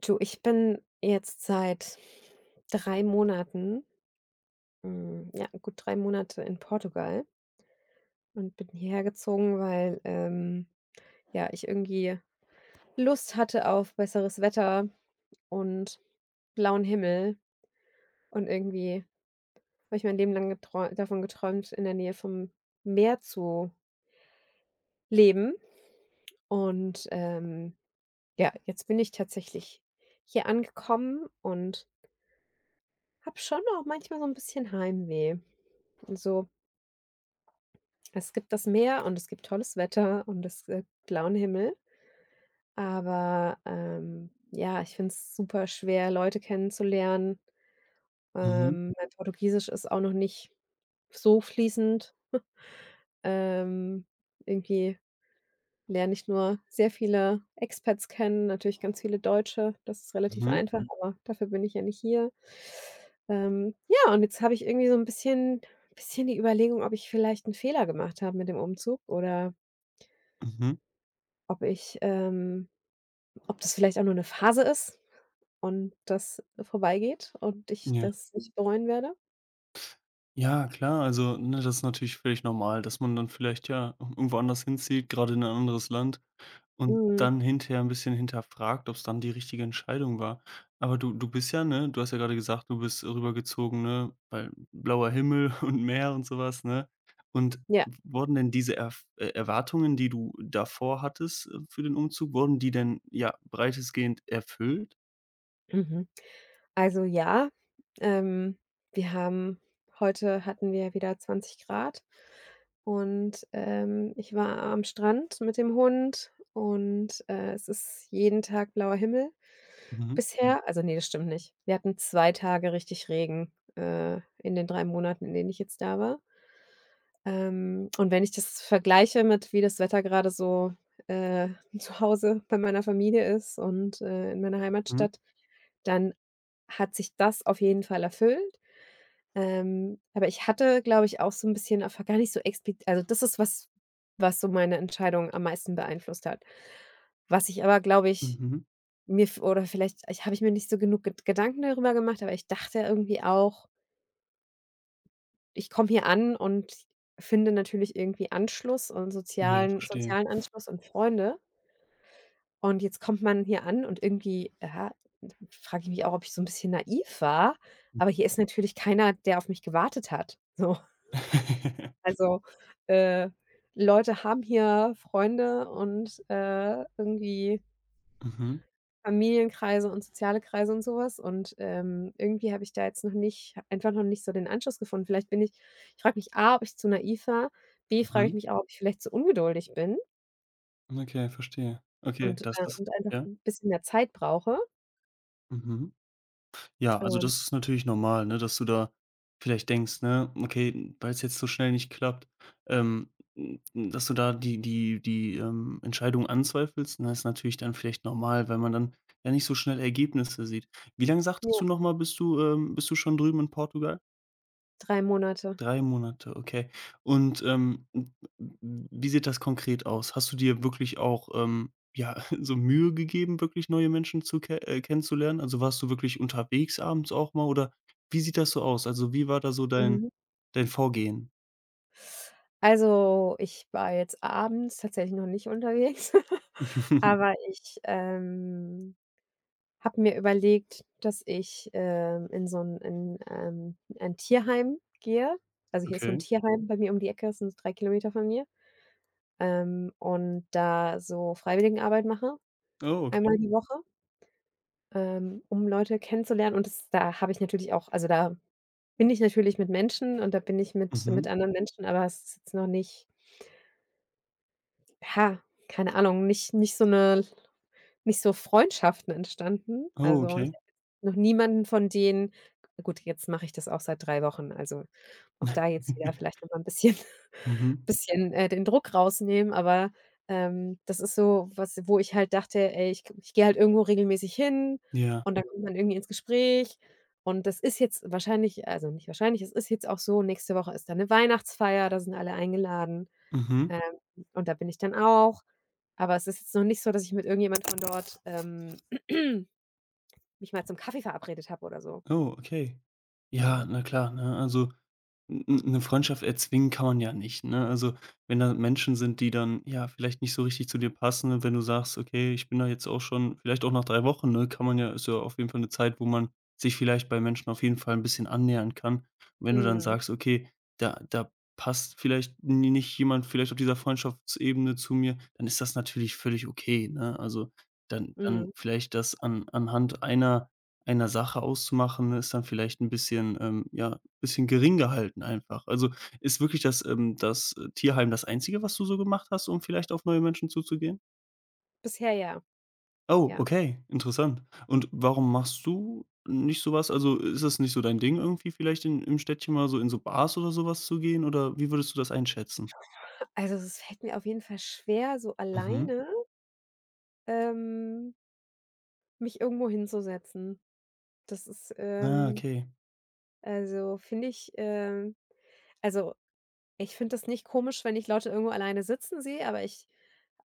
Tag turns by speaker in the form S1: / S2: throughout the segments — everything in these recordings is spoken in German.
S1: Du, ich bin jetzt seit 3 Monaten, ja, gut 3 Monate in Portugal und bin hierher gezogen, weil, ja, ich irgendwie Lust hatte auf besseres Wetter und blauen Himmel. Und irgendwie habe ich mein Leben lang geträ davon geträumt, in der Nähe vom Meer zu leben. Und, ja, jetzt bin ich tatsächlich hier angekommen und habe schon auch manchmal so 'n bisschen Heimweh. Also, es gibt das Meer und es gibt tolles Wetter und es, blauen Himmel, aber, ja, ich finde es super schwer, Leute kennenzulernen.
S2: Mhm,
S1: Mein Portugiesisch ist auch noch nicht so fließend. Ähm, irgendwie lerne nicht nur sehr viele Expats kennen, natürlich ganz viele Deutsche. Das ist relativ
S2: mhm,
S1: einfach, aber dafür bin ich ja nicht hier. Ja, und jetzt habe ich irgendwie so 'n bisschen die Überlegung, ob ich vielleicht 'n Fehler gemacht habe mit dem Umzug oder
S2: mhm.
S1: ob ich, ob das vielleicht auch nur 'ne Phase ist und das vorbeigeht und ich
S2: Ja.
S1: das nicht bereuen werde.
S2: Ja, klar, also, ne, das ist natürlich völlig normal, dass man dann vielleicht, ja, irgendwo anders hinzieht, gerade in ein anderes Land und
S1: Mhm.
S2: dann hinterher ein bisschen hinterfragt, ob es dann die richtige Entscheidung war. Aber du bist ja, ne, du hast ja gerade gesagt, du bist rübergezogen, ne, weil blauer Himmel und Meer und sowas, ne? Und
S1: Ja.
S2: wurden denn diese Erf Erwartungen, die du davor hattest, für den Umzug, wurden die denn, ja, breitestgehend erfüllt?
S1: Mhm. Also ja, ähm, wir haben heute hatten wir wieder 20 Grad und, ich war am Strand mit dem Hund und, es ist jeden Tag blauer Himmel
S2: Mhm,
S1: bisher. Also nee, das stimmt nicht. Wir hatten 2 Tage richtig Regen, in den 3 Monaten, in denen ich jetzt da war. Und wenn ich das vergleiche mit wie das Wetter gerade so, äh, zu Hause bei meiner Familie ist und, in meiner
S2: mhm,
S1: Heimatstadt, dann hat sich das auf jeden Fall erfüllt. Aber ich hatte, glaube ich, auch so 'n bisschen einfach gar nicht so explizit. Also, das ist was, was so meine Entscheidung am meisten beeinflusst hat. Was ich aber, glaube ich,
S2: mhm.
S1: mir v oder vielleicht ich mir nicht so genug Gedanken darüber gemacht, aber ich dachte irgendwie auch, ich komme hier an und finde natürlich irgendwie Anschluss und
S2: Ja,
S1: sozialen
S2: verstehe.
S1: sozialen Anschluss und Freunde. Und jetzt kommt man hier an und irgendwie, ja, frage ich mich auch, ob ich so ein bisschen naiv war, aber hier ist natürlich keiner, der auf mich gewartet hat, so. Also, äh, Leute haben hier Freunde und, irgendwie
S2: Mhm,
S1: Familienkreise und soziale Kreise und so was, und, irgendwie habe ich da jetzt noch nicht, einfach noch nicht so, den Anschluss gefunden. Vielleicht bin ich ich frage mich A, ob ich zu naiv war, B, frage ich
S2: mhm.
S1: mich auch, ob ich vielleicht zu ungeduldig bin
S2: Okay, verstehe. Okay, das ist
S1: und einfach
S2: ja,
S1: 'n bisschen mehr Zeit brauche.
S2: mhm. Ja, also
S1: Ähm,
S2: das ist natürlich normal, ne, dass du da vielleicht denkst, ne, okay, weil es jetzt so schnell nicht klappt, ähm, hm, dass du da die Entscheidung anzweifelst, ne, ist natürlich dann vielleicht normal, weil man dann ja nicht so schnell Ergebnisse sieht. Wie lange sagtest
S1: ja,
S2: du nochmal, bist du schon drüben in Portugal?
S1: 3 Monate.
S2: 3 Monate, okay. Und, w w wie sieht das konkret aus? Hast du dir wirklich auch, ja, so Mühe gegeben, wirklich neue Menschen zu ke kennenzulernen? Also, warst du wirklich unterwegs abends auch mal oder wie sieht das so aus? Also, wie war da so dein
S1: Mhm.
S2: dein Vorgehen?
S1: Also, ich war jetzt abends tatsächlich noch nicht unterwegs, aber ich, habe mir überlegt, dass ich, in so ein in, ein Tierheim gehe. Also, hier ist so ein
S2: Okay.
S1: Tierheim bei mir um die Ecke, das sind so 3 Kilometer von mir, und da so Freiwilligenarbeit mache,
S2: Oh, okay.
S1: einmal die Woche, um Leute kennenzulernen. Und das, da habe ich natürlich auch, also, da bin ich natürlich mit Menschen und da bin ich mit
S2: Mhm.
S1: anderen Menschen, aber es ist jetzt noch nicht, ja, keine Ahnung, nicht so eine, nicht so, Freundschaften entstanden.
S2: Oh,
S1: Also, ich
S2: okay.
S1: habe noch niemanden von denen, gut, jetzt mache ich das auch seit 3 Wochen, also auch da jetzt wieder vielleicht noch mal 'n bisschen
S2: Mhm.
S1: bisschen, den Druck rausnehmen, aber, das ist so was, wo ich halt dachte: „Ey, ich gehe halt irgendwo regelmäßig hin
S2: Ja.
S1: und dann kommt man irgendwie ins Gespräch.“ Und das ist jetzt wahrscheinlich, also nicht wahrscheinlich, es ist jetzt auch so, nächste Woche ist da 'ne Weihnachtsfeier, da sind alle eingeladen.
S2: Mhm.
S1: Ähm, und da bin ich dann auch. Aber es ist jetzt noch nicht so, dass ich mit irgendjemand von dort, mich mal zum Kaffee verabredet habe oder so.
S2: Oh, okay. Ja,
S1: Ja.
S2: na klar, ne? Also, 'n 'ne Freundschaft erzwingen kann man ja nicht, ne? Also, wenn da Menschen sind, die dann, ja, vielleicht nicht so richtig zu dir passen und wenn du sagst: „Okay, ich bin da jetzt auch schon vielleicht auch nach 3 Wochen“, ne, kann man ja, ist ja auf jeden Fall eine Zeit, wo man sich vielleicht bei Menschen auf jeden Fall ein bisschen annähern kann. Und wenn du dann
S1: Mhm,
S2: sagst: „Okay, da passt vielleicht ni nicht jemand vielleicht auf dieser Freundschaftsebene zu mir“, dann ist das natürlich völlig okay, ne? Also, dann
S1: mhm.
S2: vielleicht das an anhand einer einer Sache auszumachen, ne, ist dann vielleicht ein bisschen, ja, bisschen gering gehalten einfach. Also, ist wirklich das Tierheim das Einzige, was du so gemacht hast, um vielleicht auf neue Menschen zuzugehen?
S1: Bisher ja,
S2: Oh,
S1: ja.
S2: okay, interessant. Und warum machst du nicht so was? Also, ist das nicht so dein Ding irgendwie vielleicht in im Städtchen mal so in so Bars oder sowas zu gehen oder wie würdest du das einschätzen?
S1: Also, es fällt mir auf jeden Fall schwer, so
S2: Mhm.
S1: alleine, ähm, mich irgendwo hinzusetzen. Das ist,
S2: Ah, okay.
S1: also, finde ich, also, ich finde das nicht komisch, wenn ich Leute irgendwo alleine sitzen sehe,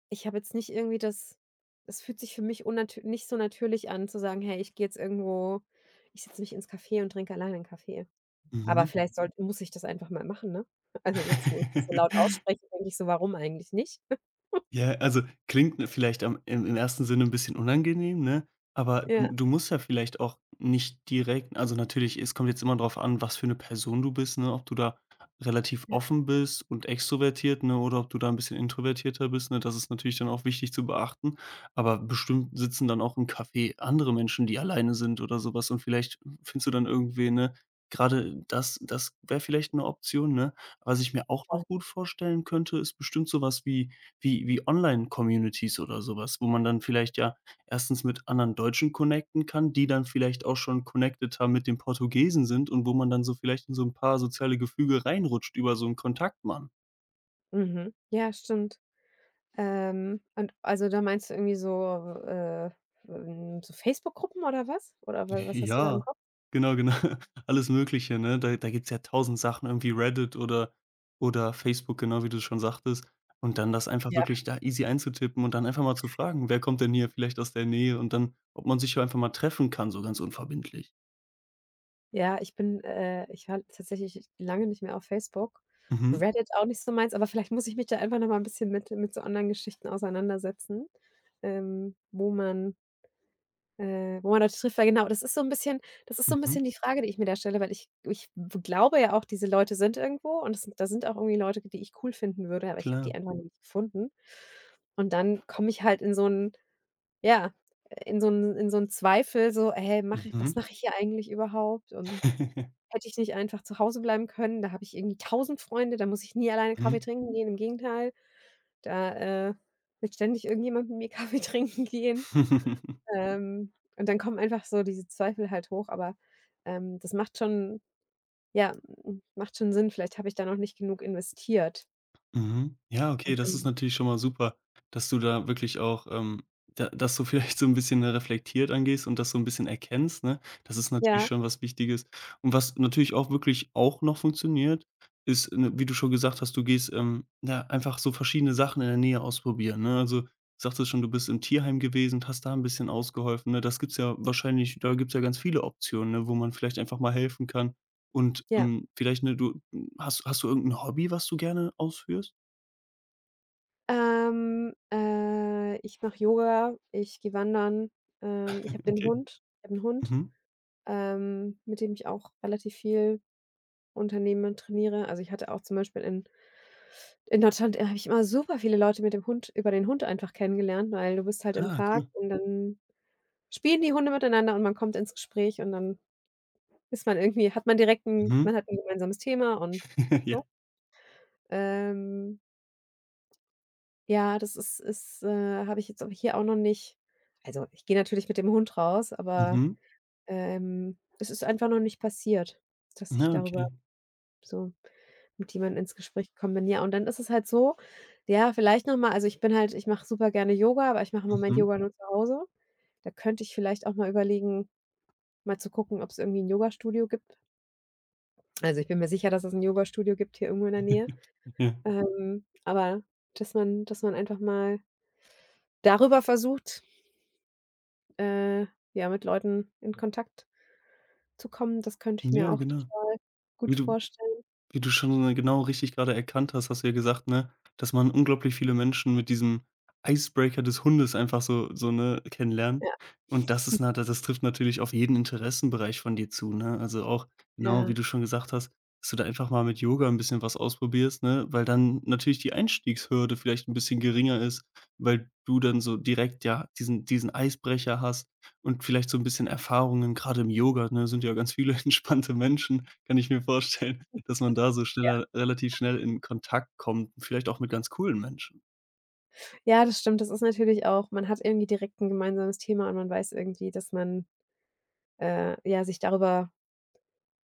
S1: ich habe jetzt nicht irgendwie das, es fühlt sich für mich unnatür nicht so natürlich an zu sagen: „Hey, ich gehe jetzt irgendwo, ich setze mich ins Café und trinke alleine einen Kaffee.“ Aber
S2: Mhm.
S1: vielleicht sollte muss ich das einfach mal machen, ne? Also, jetzt, wo ich das so laut ausspreche, denke ich so: „Warum eigentlich nicht?“
S2: Ja, also klingt vielleicht am im ersten Sinne ein bisschen unangenehm, ne? Aber du
S1: Ja,
S2: du musst ja vielleicht auch nicht direkt, also natürlich, es kommt jetzt immer drauf an, was für eine Person du bist, ne? Ob du da relativ
S1: ja,
S2: offen bist und extrovertiert, ne, oder ob du da ein bisschen introvertierter bist, ne? Das ist natürlich dann auch wichtig zu beachten. Aber bestimmt sitzen dann auch im Café andere Menschen, die alleine sind oder sowas, und vielleicht findest du dann irgendwen, ne? Gerade das wäre vielleicht eine Option, ne? Was ich mir auch
S1: voll.
S2: noch gut vorstellen könnte, ist bestimmt sowas wie wie Online-Communities oder sowas, wo man dann vielleicht, ja, erstens mit anderen Deutschen connecten kann, die dann vielleicht auch schon connecteter mit den Portugiesen sind und wo man dann so vielleicht in so ein paar soziale Gefüge reinrutscht über so 'n Kontaktmann.
S1: Mhm. Ja, stimmt. Und also, da meinst du irgendwie so, äh, so Facebook-Gruppen oder was? Oder wa was hast du da im
S2: Ja,
S1: Kopf?
S2: genau, genau. Alles Mögliche, ne? Da gibt's ja tausend Sachen, irgendwie Reddit oder Facebook, genau wie du schon sagtest. Und dann das einfach wirklich da easy einzutippen und dann einfach mal zu fragen: „Wer kommt denn hier vielleicht aus der Nähe?“ Und dann, ob man sich ja einfach mal treffen kann, so ganz unverbindlich.
S1: Ja, ich war tatsächlich lange nicht mehr auf Facebook.
S2: Mhm.
S1: Reddit auch nicht so meins, aber vielleicht muss ich mich da einfach noch mal ein bisschen mit so anderen Geschichten auseinandersetzen, wo man, Leute trifft. Weil genau, das ist so ein bisschen,
S2: Mhm.
S1: die Frage, die ich mir da stelle, weil ich glaube ja auch, diese Leute sind irgendwo und das sind da sind auch irgendwie Leute, die ich cool finden würde, aber ich habe
S2: Klar.
S1: die einfach nicht gefunden. Und dann komme ich halt in so 'n, ja, in so 'n Zweifel, so: „Hey,
S2: Mhm.
S1: mache ich hier eigentlich überhaupt?“ Und hätte ich nicht einfach zu Hause bleiben können, da habe ich irgendwie tausend Freunde, da muss ich nie alleine Kaffee
S2: Mhm.
S1: trinken gehen. Im Gegenteil, da, will ständig irgendjemand mit mir Kaffee trinken gehen. Und dann kommen einfach so diese Zweifel halt hoch, aber, das macht schon ja, m macht schon Sinn. Vielleicht habe ich da noch nicht genug investiert.
S2: Mhm. Ja, okay, das ist
S1: Mhm.
S2: natürlich schon mal super, dass du da wirklich auch, da dass du vielleicht so ein bisschen reflektiert angehst und das so ein bisschen erkennst, ne? Das ist natürlich
S1: Ja,
S2: schon was Wichtiges. Und was natürlich auch wirklich auch noch funktioniert, ist, ne, wie du schon gesagt hast, du gehst, ja, einfach so verschiedene Sachen in der Nähe ausprobieren, ne? Also, du sagtest schon, du bist im Tierheim gewesen und hast da ein bisschen ausgeholfen, ne? Das gibt's ja wahrscheinlich, da gibt's ja ganz viele Optionen, ne, wo man vielleicht einfach mal helfen kann. Und,
S1: ja.
S2: vielleicht, ne, du hast du irgendein Hobby, was du gerne ausführst?
S1: Ich mache Yoga, ich gehe wandern,
S2: Okay.
S1: Ich habe 'n Hund,
S2: Mhm.
S1: mit dem ich auch relativ viel Unternehmen trainiere. Also, ich hatte auch zum Beispiel in, Deutschland, habe ich immer super viele Leute mit dem Hund, über den Hund, einfach kennengelernt, weil du bist halt im
S2: Ah, okay.
S1: Park und dann spielen die Hunde miteinander und man kommt ins Gespräch und dann ist man irgendwie hat man direkt 'n
S2: Mhm.
S1: man hat ein gemeinsames Thema und
S2: Ja.
S1: so. Ähm, ja, habe ich jetzt aber hier auch noch nicht, also, ich gehe natürlich mit dem Hund raus, aber,
S2: Mhm.
S1: es ist einfach noch nicht passiert, dass ich
S2: Ah,
S1: darüber
S2: okay.
S1: so mit die man ins Gespräch kommt, dann, ja, und dann ist es halt so, ja, vielleicht noch mal, also, ich bin halt ich mache super gerne Yoga, aber ich mache im Moment
S2: Mhm.
S1: Yoga nur zu Hause. Da könnte ich vielleicht auch mal überlegen, mal zu gucken, ob's irgendwie 'n Yogastudio gibt. Also, ich bin mir sicher, dass es 'n Yogastudio gibt, hier irgendwo in der Nähe.
S2: Ja.
S1: Aber dass man einfach mal darüber versucht, äh, ja, mit Leuten in Kontakt zu kommen, das könnte ich mir
S2: Ja,
S1: auch
S2: genau.
S1: total
S2: Wie
S1: gut
S2: du
S1: vorstellen.
S2: Wie du schon, genau richtig gerade erkannt hast, hast du ja gesagt, ne, dass man unglaublich viele Menschen mit diesem Icebreaker des Hundes einfach so, so, ne, kennenlernt.
S1: Ja,
S2: Und das ist das trifft natürlich auf jeden Interessenbereich von dir zu, ne? Also, auch genau, wie
S1: ja.
S2: du schon gesagt hast, dass du da einfach mal mit Yoga ein bisschen was ausprobierst, ne? Weil dann natürlich die Einstiegshürde vielleicht ein bisschen geringer ist, weil du dann so direkt, ja, diesen Eisbrecher hast und vielleicht so ein bisschen Erfahrungen gerade im Yoga, ne, sind ja ganz viele entspannte Menschen, kann ich mir vorstellen, dass man da so schneller relativ schnell in Kontakt kommt, vielleicht auch mit ganz coolen Menschen.
S1: Ja, das stimmt. Das ist natürlich auch, man hat irgendwie direkt 'n gemeinsames Thema und man weiß irgendwie, dass man, ja, sich darüber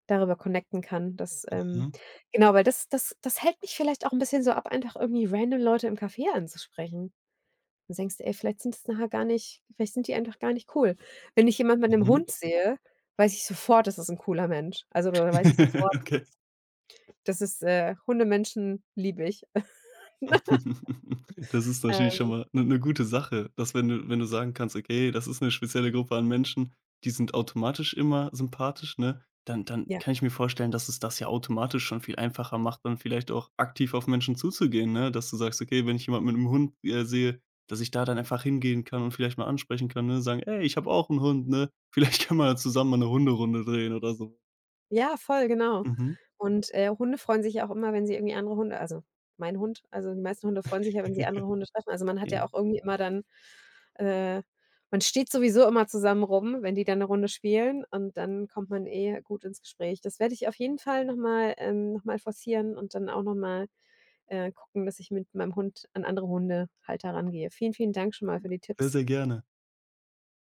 S1: connecten kann. Das, ähm
S2: Mhm,
S1: genau, weil das hält mich vielleicht auch 'n bisschen so ab, einfach irgendwie random Leute im Café anzusprechen. Du denkst dir: „Ey, vielleicht sind die einfach gar nicht cool.“ Wenn ich jemand mit 'nem
S2: mhm.
S1: Hund sehe, weiß ich sofort, das ist 'n cooler Mensch. Also, oder weiß ich sofort,
S2: Okay.
S1: Hundemenschen liebe ich.
S2: Das ist natürlich
S1: Ähm,
S2: schon mal eine gute Sache, dass, wenn du wenn du sagen kannst: „Okay, das ist eine spezielle Gruppe an Menschen, die sind automatisch immer sympathisch“, ne? Dann
S1: ja.
S2: kann ich mir vorstellen, dass es das ja automatisch schon viel einfacher macht, dann vielleicht auch aktiv auf Menschen zuzugehen, ne? Dass du sagst: „Okay, wenn ich jemanden mit einem Hund, sehe, dass ich da dann einfach hingehen kann und vielleicht mal ansprechen kann“, ne? Sagen: „Ey, ich habe auch einen Hund, ne? Vielleicht können wir ja zusammen mal eine Hunderunde drehen“ oder so.
S1: Ja, voll, genau.
S2: Mhm.
S1: Und, Hunde freuen sich ja auch immer, wenn sie irgendwie andere Hunde, also, mein Hund also, die meisten Hunde freuen sich ja, wenn sie andere Hunde treffen. Also, man hat
S2: Ja,
S1: ja auch irgendwie immer dann, äh, man steht sowieso immer zusammen rum, wenn die dann eine Runde spielen und dann kommt man eh gut ins Gespräch. Das werde ich auf jeden Fall noch mal, forcieren und dann auch noch mal, gucken, dass ich mit meinem Hund an andere Hunde halt rangehe. Vielen, vielen Dank schon mal für die
S2: sehr,
S1: Tipps.
S2: sehr gerne.